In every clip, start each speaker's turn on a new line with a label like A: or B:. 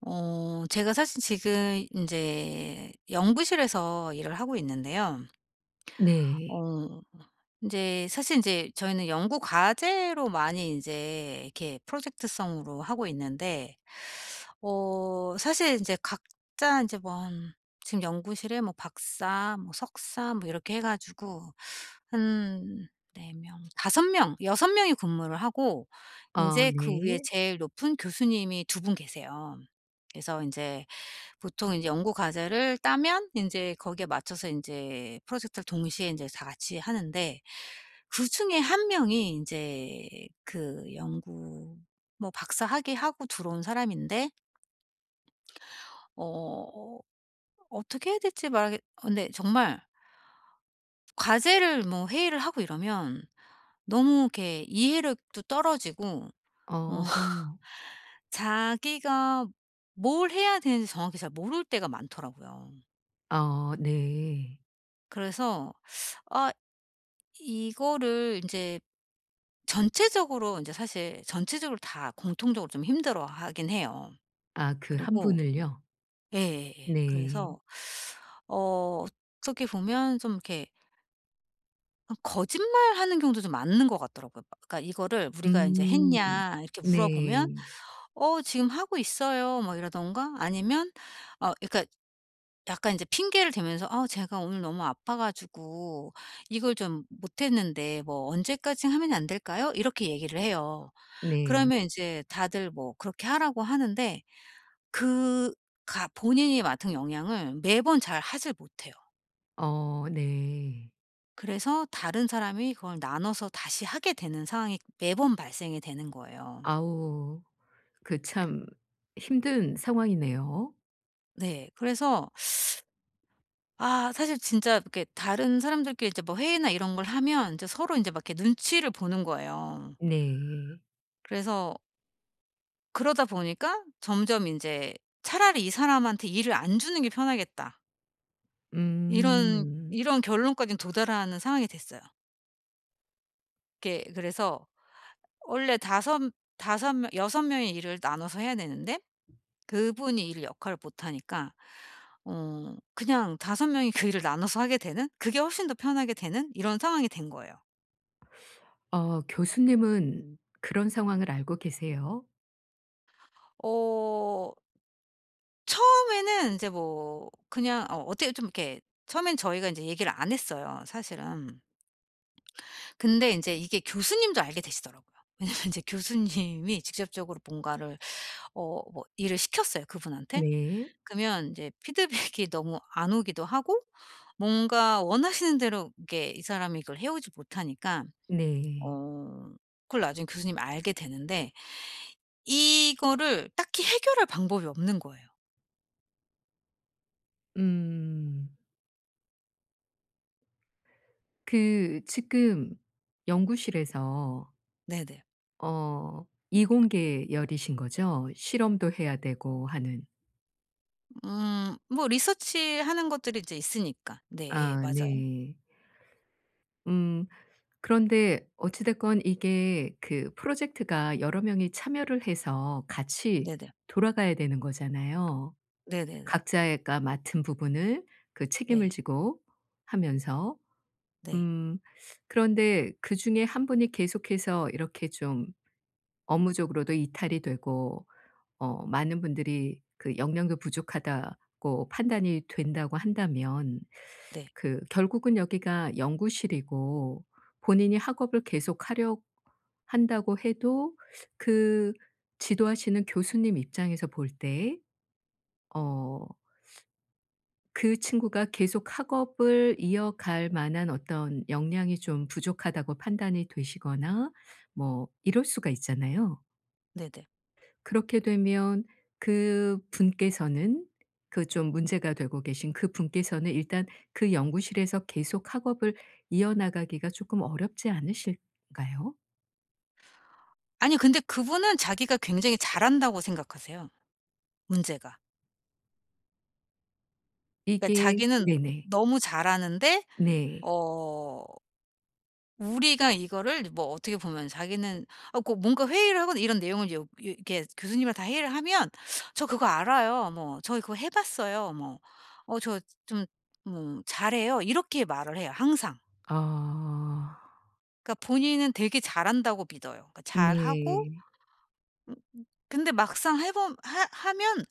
A: 제가 사실 지금 이제 연구실에서 일을 하고 있는데요.
B: 네.
A: 어 이제 사실 이제 저희는 연구 과제로 많이 이제 이렇게 프로젝트성으로 하고 있는데, 사실 이제 각자 이제 뭐 한 지금 연구실에 뭐 박사 뭐 석사 뭐 이렇게 해 가지고 한 4 명, 5 명, 6 명이 근무를 하고, 이
B: 어
A: 제 그 위에
B: 네.
A: 제일 높은 교수님이 두 분 계세요. 그래서 이제 보통 이제 연구 과제를 따면 이제 거기에 맞춰서 이제 프로젝트를 동시에 이제 다 같이 하는데, 그중에 한 명이 이제 그 연구 뭐 박사 학위하고 들어온 사람인데, 어 어떻게 해야 될지 말하겠 어 근데 정말 과제를 뭐 회의를 하고 이러면 너무 이렇게 이해력도 떨어지고, 어
B: 어.
A: 자기가 뭘 해야 되는지 정확히 잘 모를 때가 많더라고요.
B: 어 네.
A: 그래서 아, 이거를 인제 전체적으로 이제 사실 전체적으로 다 공통적으로 좀 힘들어하긴 해요.
B: 아 그 한
A: 그리고
B: 분을요?
A: 예예예.
B: 네.
A: 그래서 어 어떻게 보면 좀 이렇게 거짓말하는 경우도 좀 많은 것 같더라고요. 그러니까 이거를 우리가 이제
B: 음.
A: "했냐?" 이렇게 물어보면
B: 네.
A: "어 지금 하고 있어요." 뭐 이러던가, 아니면 그러니까 약간 이제 핑계를 대면서 "아 제가 오늘 너무 아파 가지고 이걸 좀 못 했는데 뭐 언제까지 하면 안 될까요?" 이렇게 얘기를 해요.
B: 네.
A: 그러면 이제 다들 뭐 그렇게 하라고 하는데, 그 가 본인이 맡은 영향을 매번 잘 하질 못해요.
B: 어 네.
A: 그래서 다른 사람이 그걸 나눠서 다시 하게 되는 상황이 매번 발생이 되는 거예요.
B: 아우, 그 참 힘든 상황이네요.
A: 네. 그래서 아, 사실 진짜 이렇게 다른 사람들끼리 이제 뭐 회의나 이런 걸 하면 이제 서로 이제 막 이렇게 눈치를 보는 거예요.
B: 네.
A: 그래서 그러다 보니까 점점 인제 '차라리 이 사람한테 일을 안 주는 게 편하겠다.' 이런
B: 음.
A: 이런 결론까지 도달하는 상황이 됐어요. 이게 그래서 원래 다섯 명 6 명의 일을 나눠서 해야 되는데, 그분이 일 역할을 못 하니까 그냥 5 명이 그 일을 나눠서 하게 되는, 그게 훨씬 더 편하게 되는 이런 상황이 된 거예요.
B: 어 교수님은 그런 상황을 알고 계세요?
A: 어 처음에는 인제 뭐 그냥 어떻게 좀 이렇게 처음엔 저희가 인제 얘기를 안 했어요, 사실은. 근데 인제 이게 교수님도 알게 되시더라고요. 왜냐면 인제 교수님이 직접적으로 뭔가를 뭐 일을 시켰어요, 그분한테.
B: 네.
A: 그러면 인제 피드백이 너무 안 오기도 하고, 뭔가 원하시는 대로 이게 이 사람이 이걸 해오지 못하니까
B: 네.
A: 어 그걸 나중에 교수님이 알게 되는데, 이거를 딱히 해결할 방법이 없는 거예요.
B: 음. 그 지금 연구실에서
A: 네네.
B: 어 이공계 열이신 거죠? 실험도 해야 되고 하는.
A: 뭐 리서치하는 것들이 이제 있으니까. 네, 예,
B: 아
A: 맞아요.
B: 네. 음, 그런데 어찌 됐건 이게 그 프로젝트가 여러 명이 참여를 해서 같이
A: 네네.
B: 돌아가야 되는 거잖아요.
A: 네네네.
B: 각자가 맡은 부분을 그 책임을
A: 네.
B: 지고 하면서.
A: 네.
B: 음, 그런데 그중에 한 분이 계속해서 이렇게 좀 업무적으로도 이탈이 되고 어 많은 분들이 그 "영양도 부족하다."고 판단이 된다고 한다면
A: 네.
B: 그 결국은 여기가 연구실이고 본인이 학업을 계속하려 한다고 해도 그 지도하시는 교수님 입장에서 볼 때 어 그 친구가 계속 학업을 이어갈 만한 어떤 역량이 좀 부족하다고 판단이 되시거나 뭐 이럴 수가 있잖아요.
A: 네네.
B: 그렇게 되면 그분께서는 그 좀 문제가 되고 계신 그분께서는 일단 그 연구실에서 계속 학업을 이어나가기가 쪼끔 어렵지 않으실까요?
A: 아니, 근데 그분은 자기가 굉장히 잘한다고 생각하세요, 문제가. 그러니까
B: 이게
A: 자기는
B: 네네.
A: 너무 잘하는데,
B: 네.
A: 어 우리가 이거를 뭐 어떻게 보면 자기는, 아 그 뭔가 회의를 하거나 이런 내용을 요 요 이렇게 교수님이랑 다 회의를 하면 "저 그거 알아요." 뭐 "저 그거 해 봤어요." 뭐 "어 저 좀 뭐 잘해요." 이렇게 말을 해요, 항상.
B: 아.
A: 그러니까 본인은 되게 잘한다고 믿어요. 그러니까 잘하고,
B: 네.
A: 음 근데 막상 해 봄 하 하면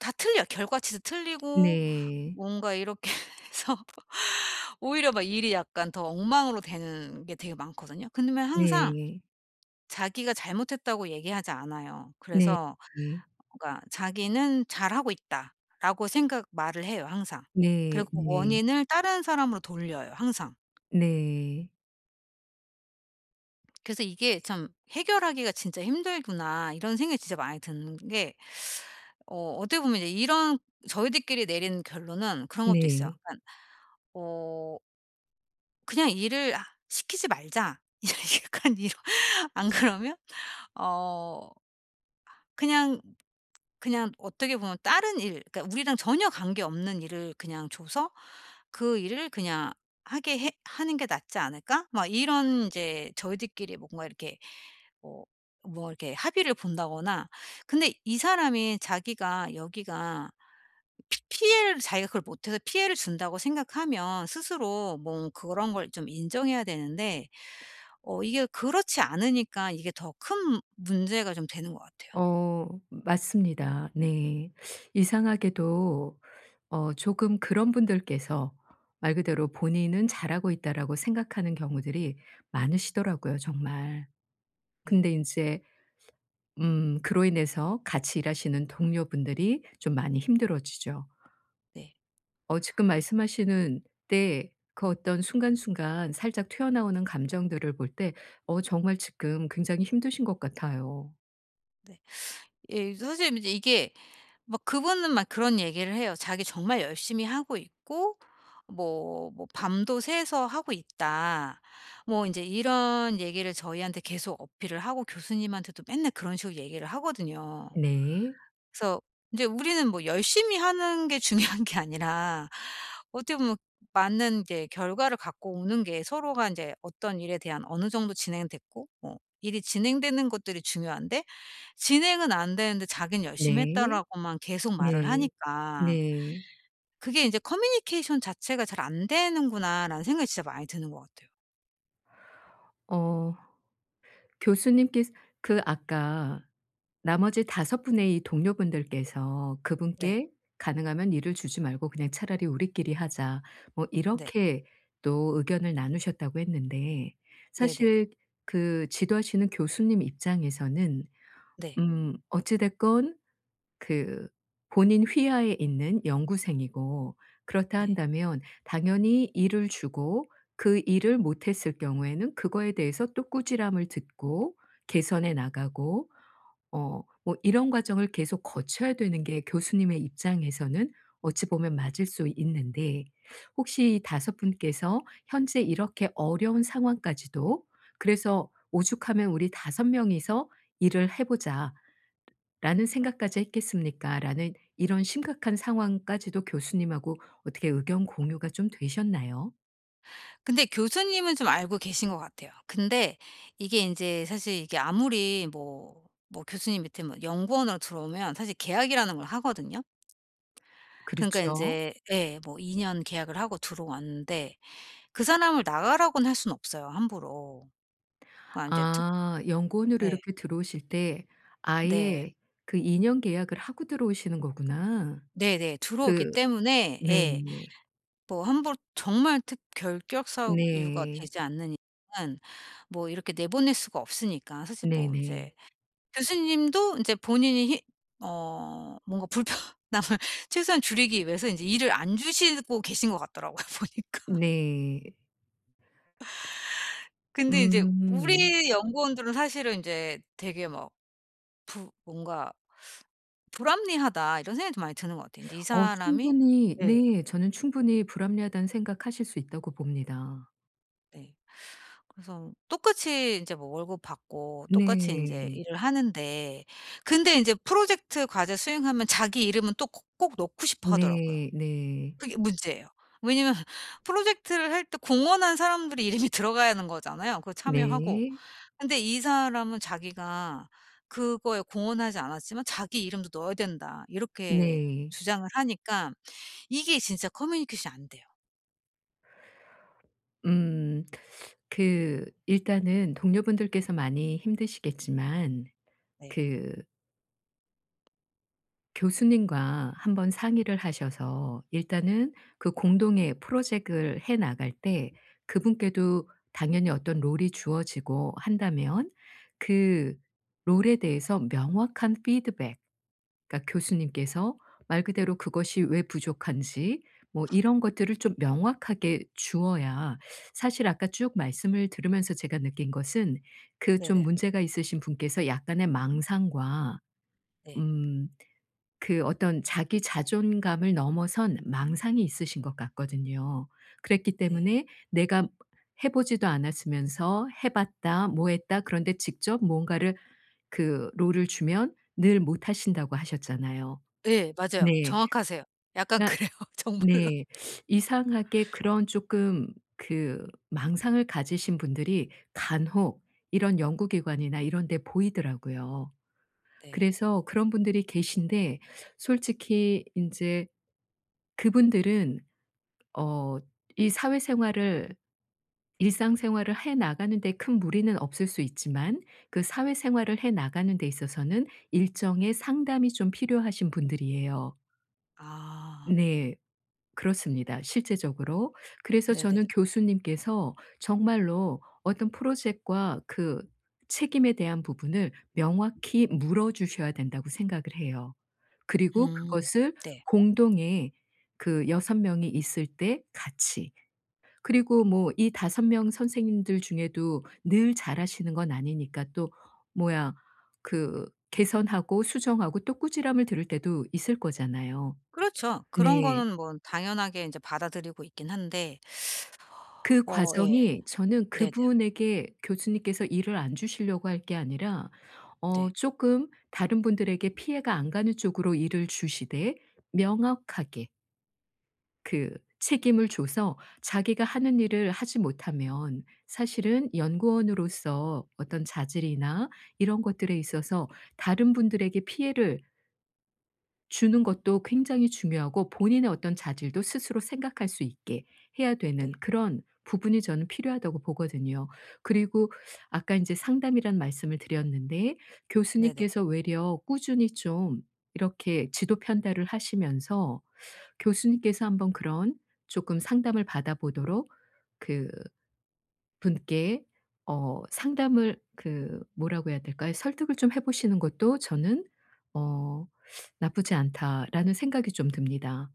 A: 다 틀려요. 결과치도 틀리고
B: 네.
A: 뭔가 이렇게 해서 오히려 막 일이 약간 더 엉망으로 되는 게 되게 많거든요. 근데 항상
B: 네.
A: 자기가 잘못했다고 얘기하지 않아요.
B: 네.
A: 그래서
B: 네.
A: 뭔가 자기는 "잘하고 있다."라고 생각 말을 해요, 항상.
B: 네.
A: 그리고
B: 네.
A: 원인을 다른 사람으로 돌려요, 항상.
B: 네.
A: 그래서 이게 참 '해결하기가 진짜 힘들구나.' 이런 생각이 진짜 많이 드는 게, 어떻게 보면 이제 이런, 저희들끼리 내린 결론은 그런 것도 있어요.
B: 네.
A: 그어 '그냥 일을 아, 시키지 말자.' 약간 이런. 안 그러면 어 그냥 그냥 어떻게 보면 다른 일, 그러니까 우리랑 전혀 관계없는 일을 그냥 줘서 '그 일을 그냥 하게 해 하는 게 낫지 않을까?' 막 이런, 이제 저희들끼리 뭔가 이렇게 뭐 뭐 이렇게 합의를 본다거나. 근데 이 사람이, 자기가 여기가 피 피해를, 자기가 그걸 못해서 피해를 준다고 생각하면 스스로 뭐 그런 걸 좀 인정해야 되는데, 이게 그렇지 않으니까 이게 더 큰 문제가 좀 되는 것 같아요.
B: 어 맞습니다. 네. 이상하게도 어 조금 그런 분들께서 말 그대로 본인은 잘하고 있다라고 생각하는 경우들이 많으시더라고요 정말.
A: 음.
B: 근데 이제 음, 그로 인해서 같이 일하시는 동료분들이 좀 많이 힘들어지죠.
A: 네.
B: 어 지금 말씀하시는 때 그 어떤 순간순간 살짝 튀어나오는 감정들을 볼 때 어 정말 지금 굉장히 힘드신 것 같아요.
A: 네. 예, 사실 이제 이게 막, 그분은 막 그런 얘기를 해요. 자기 정말 열심히 하고 있고, 뭐 "밤도 새서 하고 있다." 뭐 인제 이런 얘기를 저희한테 계속 어필을 하고, 교수님한테도 맨날 그런 식으로 얘기를 하거든요.
B: 네.
A: 그래서 이제 우리는 뭐 열심히 하는 게 중요한 게 아니라 어떻게 보면 맞는 이제 결과를 갖고 오는 게, 서로가 이제 어떤 일에 대한 어느 정도 진행됐고 뭐 일이 진행되는 것들이 중요한데, 진행은 안 되는데 "자기는 열심히
B: 네.
A: 했다."라고만 계속 말을
B: 네.
A: 하니까,
B: 네.
A: 그게 이제 '커뮤니케이션 자체가 잘 안 되는구나.'라는 생각이 진짜 많이 드는 것 같아요.
B: 어 교수님께서 그 아까 나머지 다섯 분의 이 동료분들께서
A: 네.
B: 그분께 "가능하면 일을 주지 말고 그냥 차라리 우리끼리 하자." 뭐
A: 네.
B: 이렇게 또 의견을 나누셨다고 했는데
A: 네네.
B: 사실 그 지도하시는 교수님 입장에서는
A: 네.
B: 어찌 됐건 그 본인 휘하에 있는 연구생이고 그렇다
A: 네. 네.
B: 한다면 당연히 일을 주고 그 일을 못했을 경우에는 그거에 대해서 또 꾸지람을 듣고 개선해 나가고 어 뭐 이런 과정을 계속 거쳐야 되는 게 교수님의 입장에서는 어찌 보면 맞을 수 있는데 혹시 다섯 분께서 현재 이렇게 어려운 상황까지도 그래서 '오죽하면 우리 5명이서 일을 해 보자.'라는 생각까지 했겠습니까?'라는 이런 심각한 상황까지도 교수님하고 어떻게 의견 공유가 좀 되셨나요?
A: 근데 교수님은 좀 알고 계신 것 같아요. 근데 이게 인제 사실, 이게 아무리 뭐 교수님 밑에 뭐 연구원으로 들어오면 사실 계약이라는 걸 하거든요. 그러니까
B: 그렇죠.
A: 인제 예, 뭐 2년 계약을 하고 들어왔는데 그 사람을 나가라고는 할 수는 없어요, 함부로. 그러니까 인제 특
B: 아 연구원으로
A: 예.
B: 이렇게 들어오실 때
A: 네.
B: 아예 그 2년 계약을 하고 들어오시는 거구나.
A: 네네. 들어오기
B: 그
A: 때문에 예,
B: 네네.
A: 뭐 함부로 정말 특 결격사유가
B: 네.
A: 되지 않는 이상은 뭐 이렇게 내보낼 수가 없으니까, 사실 뭐
B: 네네.
A: 인제 교수님도 인제 본인이 히 어 뭔가 불편함을 최소한 줄이기 위해서 인제 일을 안 주시고 계신 것 같더라고요 보니까.
B: 네.
A: 근데 이제
B: 음.
A: 우리 연구원들은 사실은 인제 되게 막 부 뭔가 '불합리하다.' 이런 생각이 좀 많이 드는 것 같아요, 인제 이
B: 어
A: 사람이.
B: 충분히,
A: 네.
B: 네 저는 충분히 불합리하다는 생각하실 수 있다고 봅니다.
A: 네. 그래서 똑같이 인제 뭐 월급 받고 똑같이 인제
B: 네.
A: 일을 하는데, 근데 인제 프로젝트 과제 수행하면 자기 이름은 또 꼭 꼭 넣고 싶어 하더라고요.
B: 네 네.
A: 그게 문제예요. 왜냐면 프로젝트를 할 때 공헌한 사람들의 이름이 들어가야 하는 거잖아요, 그거 참여하고.
B: 네.
A: 근데 이 사람은 자기가 그거에 공헌하지 않았지만 자기 이름도 넣어야 된다. 이렇게
B: 네.
A: 주장을 하니까 이게 진짜 커뮤니케이션이 안 돼요.
B: 음. 그 일단은 동료분들께서 많이 힘드시겠지만
A: 네.
B: 그 교수님과 한번 상의를 하셔서 일단은 그 공동의 프로젝트를 해 나갈 때 그분께도 당연히 어떤 롤이 주어지고 한다면 그 롤에 대해서 명확한 피드백, 그러니까 교수님께서 말 그대로 그것이 왜 부족한지 뭐 이런 것들을 좀 명확하게 주어야 사실 아까 쭉 말씀을 들으면서 제가 느낀 것은 그 좀
A: 네네.
B: 문제가 있으신 분께서 약간의 망상과
A: 네.
B: 음 그 어떤 자기 자존감을 넘어선 망상이 있으신 것 같거든요. 그랬기
A: 네.
B: 때문에 내가 해 보지도 않았으면서 해 봤다 뭐 했다 그런데 직접 뭔가를 그 롤을 주면 늘 못 하신다고 하셨잖아요.
A: 예. 맞아요.
B: 네.
A: 정확하세요. 약간
B: 그러니까
A: 그래요. 정말로.
B: 네. 이상하게 그런 조금 그 망상을 가지신 분들이 간혹 이런 연구기관이나 이런 데 보이더라고요.
A: 네.
B: 그래서 그런 분들이 계신데 솔직히 인제 그분들은 어 이 사회생활을 일상생활을 해 나가는 데 큰 무리는 없을 수 있지만 그 사회생활을 해 나가는 데 있어서는 일정의 상담이 좀 필요하신 분들이에요.
A: 아.
B: 네. 그렇습니다 실제적으로. 그래서
A: 네네.
B: 저는 교수님께서 정말로 어떤 프로젝트와 그 책임에 대한 부분을 명확히 물어 주셔야 된다고 생각을 해요. 그리고
A: 음.
B: 그것을
A: 네.
B: 공동의 그 여섯 명이 있을 때 같이 그리고 뭐 이 5명 선생님들 중에도 늘 잘하시는 건 아니니까 또 뭐야 그 개선하고 수정하고 또 꾸지람을 들을 때도 있을 거잖아요.
A: 그렇죠. 그런
B: 네.
A: 거는 뭐 당연하게 이제 받아들이고 있긴 한데,
B: 그
A: 예.
B: 과정이 저는
A: 네네.
B: 그분에게 교수님께서 일을 안 주시려고 할 게 아니라 어
A: 네.
B: 쪼끔 다른 분들에게 피해가 안 가는 쪽으로 일을 주시되 명확하게 그 책임을 줘서 자기가 하는 일을 하지 못하면 사실은 연구원으로서 어떤 자질이나 이런 것들에 있어서 다른 분들에게 피해를 주는 것도 굉장히 중요하고 본인의 어떤 자질도 스스로 생각할 수 있게 해야
A: 네.
B: 되는 그런 부분이 저는 필요하다고 보거든요. 그리고 아까 인제 상담이란 말씀을 드렸는데
A: 네네.
B: 교수님께서 외려 꾸준히 좀 이렇게 지도 편달을 하시면서 교수님께서 한번 그런 쪼끔 상담을 받아 보도록 그 분께 어 상담을 그 뭐라고 해야 될까요? 설득을 좀 해 보시는 것도 저는 어 '나쁘지 않다.'라는 생각이 좀 듭니다.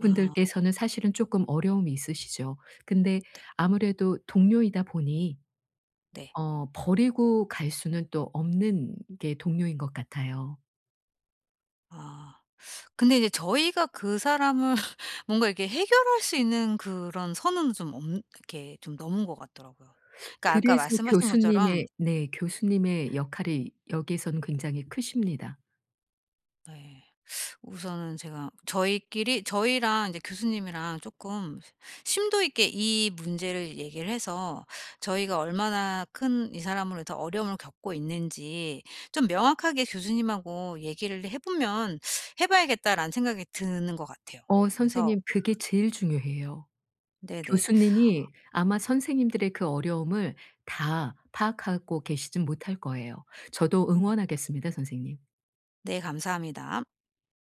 A: 아,
B: 사실은 쪼끔 어려움이 있으시죠. 근데 아무래도 동료이다 보니
A: 네.
B: 어 버리고 갈 수는 또 없는 게 동료인 것 같아요.
A: 아. 근데 이제 저희가 그 사람을 뭔가 이렇게 해결할 수 있는 그런 선은 좀 없 이렇게 좀 넘은 것 같더라고요. 그러니까 아까
B: 그래서
A: 말씀하신 것처럼.
B: 교수님의 네 교수님의 역할이 여기에서는 굉장히 크십니다.
A: 네. 우선은 제가 저희끼리 저희랑 이제 교수님이랑 쪼끔 심도 있게 이 문제를 얘기를 해서, 저희가 얼마나 큰 이 사람으로 해서 어려움을 겪고 있는지 좀 명확하게 교수님하고 얘기를 해 보면 '해 봐야겠다.'라는 생각이 드는 것 같아요.
B: 어
A: 그래서
B: 선생님, 그게 제일 중요해요.
A: 네네.
B: 교수님이 아마 선생님들의 그 어려움을 다 파악하고 계시진 못할 거예요. 저도
A: 네.
B: 응원하겠습니다 선생님.
A: 네, 감사합니다.